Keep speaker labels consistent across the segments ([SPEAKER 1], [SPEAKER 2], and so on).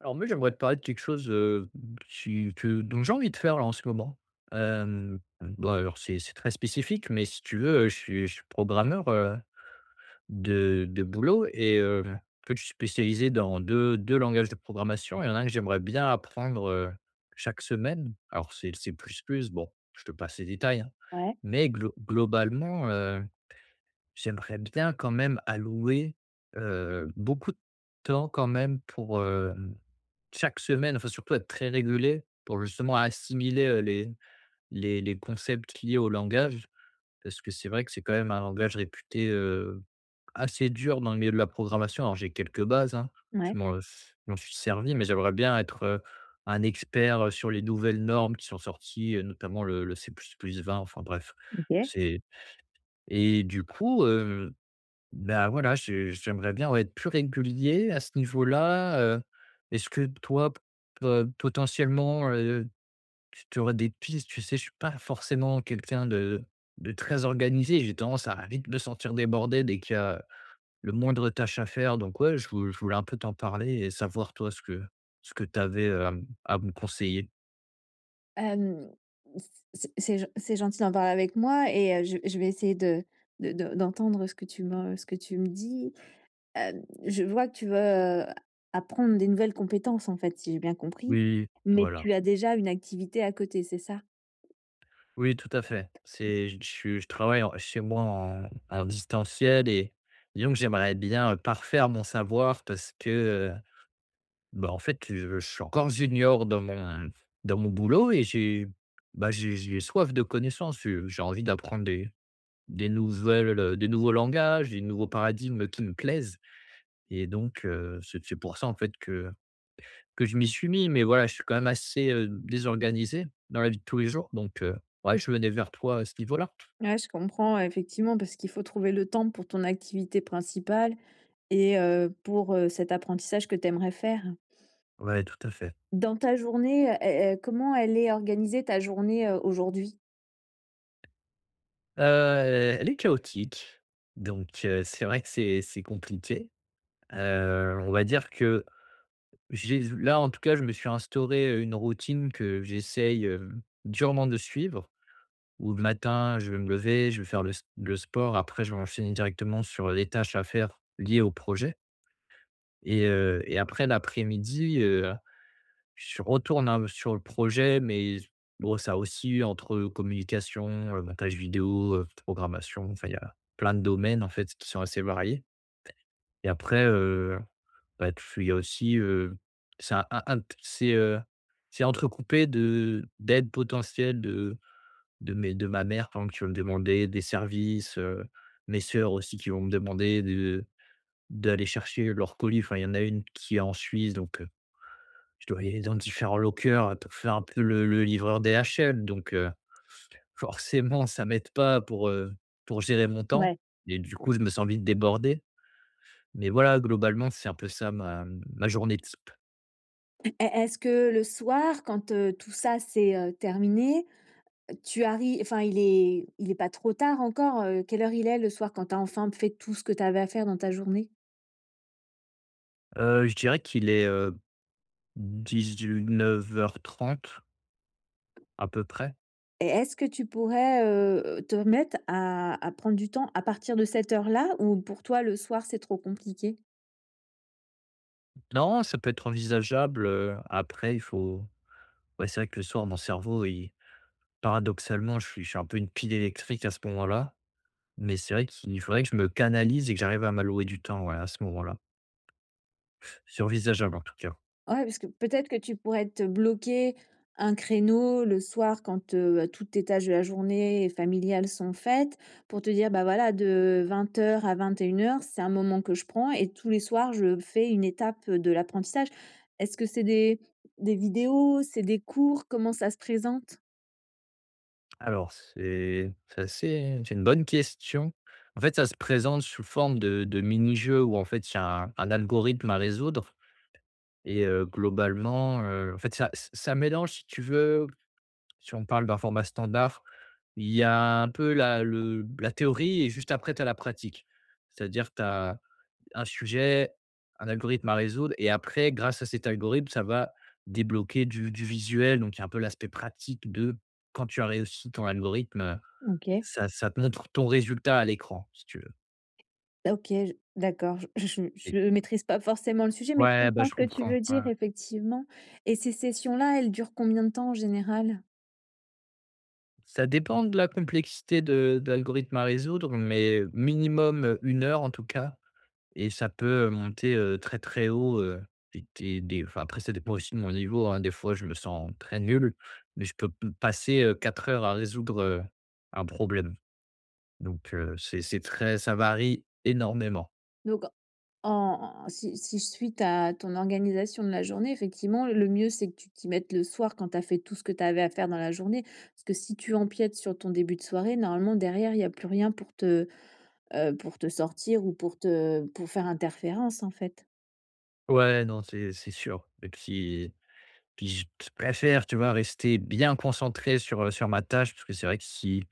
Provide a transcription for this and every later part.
[SPEAKER 1] Alors moi, j'aimerais te parler de quelque chose, si que dont j'ai envie de faire là en ce moment. Bah, alors c'est très spécifique, mais si tu veux, je suis programmeur, de boulot et en fait, je suis spécialisé dans deux 2 langages de programmation. Il y en a un que j'aimerais bien apprendre, chaque semaine. Alors c'est plus bon, je te passe les détails, hein,
[SPEAKER 2] Ouais,
[SPEAKER 1] mais globalement, j'aimerais bien quand même allouer, beaucoup de temps quand même pour, chaque semaine, enfin surtout être très régulé pour justement assimiler, les concepts liés au langage. Parce que c'est vrai que c'est quand même un langage réputé, assez dur dans le milieu de la programmation. Alors j'ai quelques bases, hein, je
[SPEAKER 2] ouais,
[SPEAKER 1] m'en je m'en suis servi, mais j'aimerais bien être, un expert, sur les nouvelles normes qui sont sorties, notamment le C++20. Enfin bref.
[SPEAKER 2] OK.
[SPEAKER 1] C'est Et du coup, ben voilà, je j'aimerais bien, ouais, être plus régulier à ce niveau-là, est-ce que toi, potentiellement, tu aurais des pistes? Tu sais, je suis pas forcément quelqu'un de très organisé, j'ai tendance à vite me sentir débordé dès qu'il y a le moindre tâche à faire, donc ouais, je voulais un peu t'en parler et savoir toi ce que tu avais, à me conseiller.
[SPEAKER 2] Hem, c c'est gen c'est gentil d'en parler avec moi et je vais essayer de d'entendre ce que tu me dis. Je vois que tu veux, apprendre des nouvelles compétences, en fait, si j'ai bien compris,
[SPEAKER 1] Oui,
[SPEAKER 2] mais
[SPEAKER 1] voilà.
[SPEAKER 2] tu as déjà une activité à côté, c'est ça?
[SPEAKER 1] Oui, tout à fait. C'est je travaille en chez moi en distanciel et disons que j'aimerais bien, parfaire mon savoir parce que, bah, en fait, je suis encore junior dans mon boulot et bah, j'ai soif de connaissances, j'ai envie d'apprendre des nouveaux langages, des nouveaux paradigmes qui me plaisent et donc c'est pour ça, en fait, que je m'y suis mis, mais voilà, je suis quand même assez, désorganisé dans la vie de tous les jours, donc ouais, je venais vers toi à ce niveau-là.
[SPEAKER 2] Ouais, je comprends, effectivement, parce qu'il faut trouver le temps pour ton activité principale et pour, cet apprentissage que tu aimerais faire.
[SPEAKER 1] Ouais, tout à fait.
[SPEAKER 2] Dans ta journée, comment elle est organisée ta journée, aujourd'hui?
[SPEAKER 1] Elle est chaotique, donc c'est vrai que c'est compliqué. On va dire que en tout cas, je me suis instauré une routine que j'essaye, durement de suivre, où le matin, je vais me lever, je vais faire le sport. Après, je vais enchaîner directement sur les tâches à faire liées au projet et après l'après-midi, je retourne un sur le projet, mais bon, ça aussi entre communication, montage vidéo, programmation, enfin, il y a plein de domaines, en fait, qui sont assez variés et après, bah, tu il y a aussi, c'est un c'est entrecoupé de d'aides potentielles de mes de ma mère, par exemple, qui va me demander des services, mes sœurs aussi qui vont me demander de d'aller chercher leur colis. Enfin, il y en a une qui est en Suisse, donc je dois y aller dans différents lockers, pour faire un peu le livreur DHL, donc forcément ça m'aide pas pour gérer mon temps
[SPEAKER 2] Ouais.
[SPEAKER 1] et du coup, je me sens vite débordé. Mais voilà, globalement, c'est un peu ça ma journée type.
[SPEAKER 2] E est-ce que le soir quand, tout ça c'est, terminé, tu arrives, enfin il est pas trop tard encore, quelle heure il est le soir quand tu as enfin fait tout ce que tu avais à faire dans ta journée?
[SPEAKER 1] Je dirais qu'il est, 19h30 à peu près.
[SPEAKER 2] Et est-ce que tu pourrais, te mettre à prendre du temps à partir de cette heure-là ou pour toi le soir c'est trop compliqué?
[SPEAKER 1] Non, ça peut être envisageable, après il faut, ouais, c'est vrai que le soir mon cerveau il paradoxalement, je suis un peu une pile électrique à ce moment-là. Mais c'est vrai qu'il faudrait que je me canalise et que j'arrive à m'allouer du temps, ouais, à ce moment-là. C'est envisageable, en tout cas.
[SPEAKER 2] Ouais, parce que peut-être que tu pourrais te bloquer un créneau le soir quand, bah, toutes tes tâches de la journée et familiales sont faites pour te dire: «Bah, voilà, de 20 heures à 21 heures c'est un moment que je prends et tous les soirs, je fais une étape de l'apprentissage». Est-ce que c'est des vidéos, c'est des cours? Comment ça se présente?
[SPEAKER 1] Alors, c'est une bonne question. En fait, ça se présente sous forme de mini-jeu où, en fait, il y a un algorithme à résoudre. Et globalement, en fait, ça mélange, si tu veux, si on parle d'un format standard, il y a un peu la théorie et juste après tu as la pratique. C'est-à-dire que tu as un sujet, un algorithme à résoudre et après, grâce à cet algorithme, ça va débloquer du visuel. Donc il y a un peu l'aspect pratique de quand tu as réussi ton algorithme,
[SPEAKER 2] OK.
[SPEAKER 1] ça te montre ton résultat à l'écran, si tu veux.
[SPEAKER 2] OK, je d'accord, je je
[SPEAKER 1] Et
[SPEAKER 2] je maîtrise pas forcément le sujet, mais je
[SPEAKER 1] Ouais, bah,
[SPEAKER 2] comprends
[SPEAKER 1] je
[SPEAKER 2] ce que tu
[SPEAKER 1] comprends.
[SPEAKER 2] veux
[SPEAKER 1] Ouais.
[SPEAKER 2] dire effectivement et ces sessions-là, elles durent combien de temps en général?
[SPEAKER 1] Ça dépend de la complexité de l'algorithme à résoudre, mais minimum, 1 heure en tout cas et ça peut, monter, très, très haut, et des enfin après ça dépend aussi de mon niveau, hein. Des fois je me sens très nul, mais je peux p passer, 4 heures à résoudre, un problème. Donc c'est très ça varie énormément.
[SPEAKER 2] Donc En si si je suis ta ton organisation de la journée, effectivement, le mieux, c'est que tu t'y mettes le soir quand tu as fait tout ce que tu avais à faire dans la journée. Parce que si tu empiètes sur ton début de soirée, normalement, derrière, il y a plus rien pour te, pour te sortir ou pour te pour faire interférence, en fait.
[SPEAKER 1] Ouais, non, c'est sûr et puis je préfère, tu vois, rester bien concentré sur, sur ma tâche, parce que c'est vrai que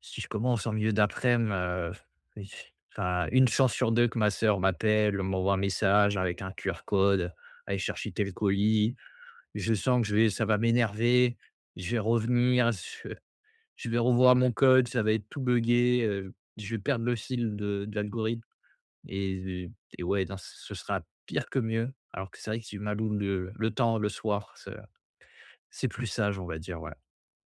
[SPEAKER 1] si je commence en milieu daprès midi, oui, enfin, 1 chance sur 2 que ma sœur m'appelle, m'envoie un message avec un QR code, «aller chercher tel colis». Je sens que je vais ça va m'énerver, je vais revenir, je vais revoir mon code, ça va être tout buggé, je vais perdre le fil de l'algorithme et ouais, non, ce sera pire que mieux. Alors que c'est vrai que si je le temps le soir, ce c'est plus sage, on va dire, ouais.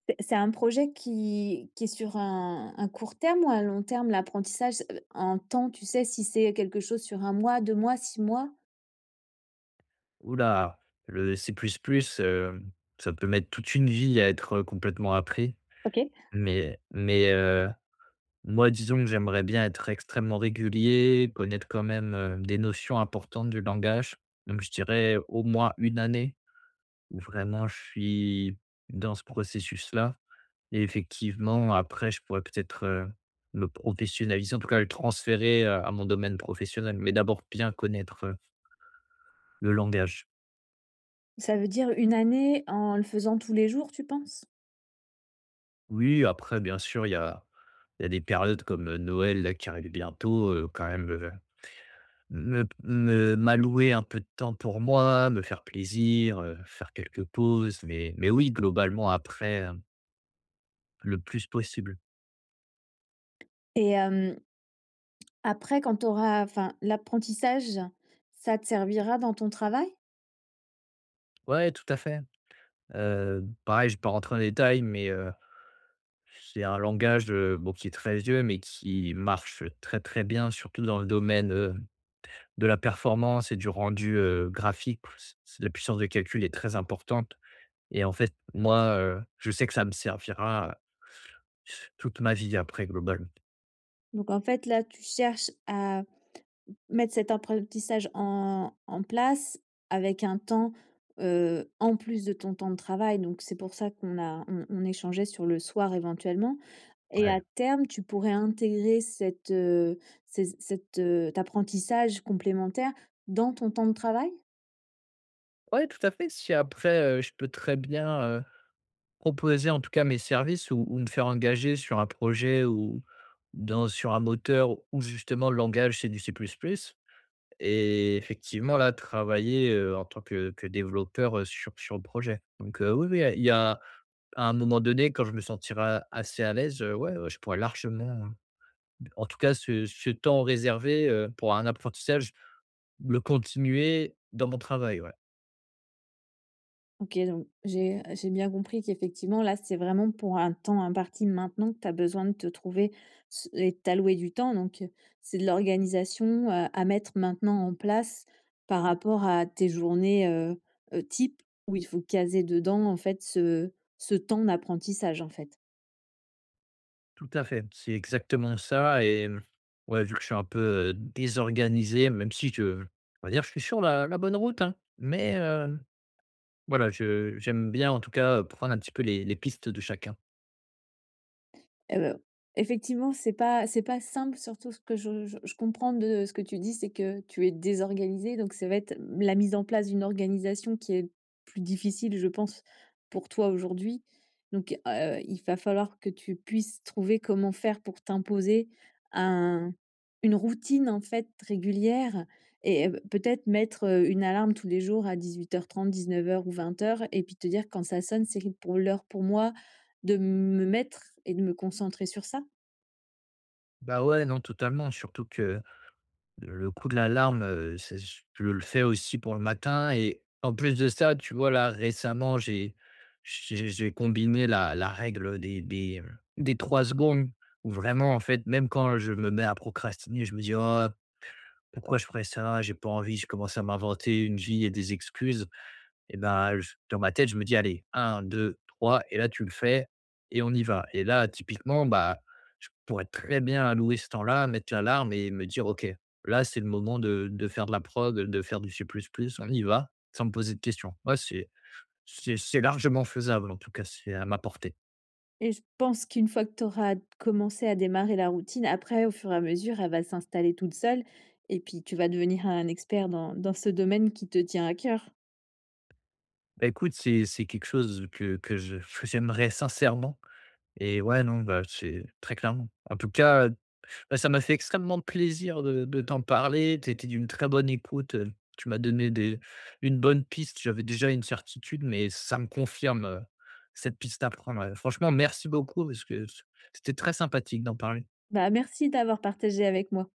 [SPEAKER 2] C'est un projet qui est sur un court terme ou un long terme, l'apprentissage? En temps, tu sais, si c'est quelque chose sur un mois, 2 mois, six mois?
[SPEAKER 1] Oula, le C++, heu, ça peut mettre toute une vie à être, complètement appris.
[SPEAKER 2] OK.
[SPEAKER 1] Mais, moi, disons que j'aimerais bien être extrêmement régulier, connaître quand même, des notions importantes du langage. Donc je dirais au moins une année où vraiment je suis dans ce processus-là et effectivement après je pourrais peut-être, me professionnaliser, en tout cas le transférer, à mon domaine professionnel. Mais d'abord bien connaître, le langage.
[SPEAKER 2] Ça veut dire une année en le faisant tous les jours, tu penses?
[SPEAKER 1] Oui, après bien sûr il y a des périodes comme, Noël là qui arrive bientôt, quand même, me m'allouer un peu de temps pour moi, me faire plaisir, faire quelques pauses, mais oui, globalement après, le plus possible.
[SPEAKER 2] Et hem Après quand tu auras enfin, l'apprentissage, ça te servira dans ton travail?
[SPEAKER 1] Ouais, tout à fait. Pareil, je ne vais pas rentrer dans les mais, c'est un langage, bon, qui est très vieux, mais qui marche très, très bien, surtout dans le domaine, de la performance et du rendu, graphique. C La puissance de calcul est très importante. Et en fait, moi, je sais que ça me servira toute ma vie après, globalement.
[SPEAKER 2] Donc en fait, là, tu cherches à mettre cet apprentissage en place avec un temps, en plus de ton temps de travail, donc c'est pour ça qu'on a on échangeait sur le soir éventuellement. Et à
[SPEAKER 1] Ouais.
[SPEAKER 2] terme, tu pourrais intégrer cette, cet apprentissage complémentaire dans ton temps de travail?
[SPEAKER 1] Ouais, tout à fait. Si après, je peux très bien, proposer en tout cas mes services ou me faire engager sur un projet ou dans sur un moteur où justement le langage c'est du C++ plus plus, et effectivement là, travailler, en tant que développeur, sur le projet. Donc, oui, oui, il y a à un moment donné, quand je me sentirai assez à l'aise, ouais, ouais, je pourrais largement, en tout cas, ce temps réservé, pour un apprentissage, le continuer dans mon travail, ouais.
[SPEAKER 2] OK, donc j'ai bien compris qu'effectivement, là, c'est vraiment pour un temps imparti maintenant que tu as besoin de te trouver ce et de t'allouer du temps, donc c'est de l'organisation, à mettre maintenant en place par rapport à tes journées, type où il faut caser dedans, en fait, ce temps d'apprentissage, en fait.
[SPEAKER 1] Tout à fait, c'est exactement ça et ouais, vu que je suis un peu, désorganisé, même si je on va dire, je suis sur la bonne route, hein, mais voilà, je j'aime bien, en tout cas, prendre un petit peu les pistes de chacun.
[SPEAKER 2] Heu, Effectivement, c'est pas simple, surtout ce que je comprends de ce que tu dis, c'est que tu es désorganisé, donc ça va être la mise en place d'une organisation qui est plus difficile, je pense, pour toi aujourd'hui. Donc, il va falloir que tu puisses trouver comment faire pour t'imposer un une routine, en fait, régulière et peut-être mettre, une alarme tous les jours à dix-huit 19h30, 19 heures ou 20 heures et puis te dire: «Quand ça sonne, c'est pour l'heure pour moi» de me mettre et de me concentrer sur ça
[SPEAKER 1] Bah, ouais, non, totalement, surtout que le coup de l'alarme, c'est je le fais aussi pour le matin et en plus de ça, tu vois, là, récemment, j'ai combiné la règle des 3 secondes où vraiment, en fait, même quand je me mets à procrastiner, je me dis: «Oh, pourquoi je ferais ça? J'ai pas envie». Je commence à m'inventer une vie et des excuses et ben, je dans ma tête, je me dis: allez un deux trois et là, tu le fais et on y va, et là, typiquement, bah, je pourrais très bien allouer ce temps-là, mettre l'alarme et me dire: «OK, là, c'est le moment de faire de la prod, de faire du C++, plus plus, on y va», sans me poser de questions. Ouais, c'est largement faisable, en tout cas, c'est à ma portée.
[SPEAKER 2] et je pense qu'une fois que tu auras commencé à démarrer la routine, après, au fur et à mesure, elle va s'installer toute seule et puis tu vas devenir un expert dans ce domaine qui te tient à cœur.
[SPEAKER 1] Bah, écoute, c'est quelque chose que j'aimerais sincèrement, et ouais, non, bah, c'est très clairement. En tout cas, bah, ça m'a fait extrêmement plaisir de t'en parler. Tu étais d'une très bonne écoute, tu m'as donné des une bonne piste. J'avais déjà une certitude, mais ça me confirme, cette piste à prendre, ouais. Franchement, merci beaucoup parce que c'était très sympathique d'en parler.
[SPEAKER 2] Bah, merci d'avoir partagé avec moi.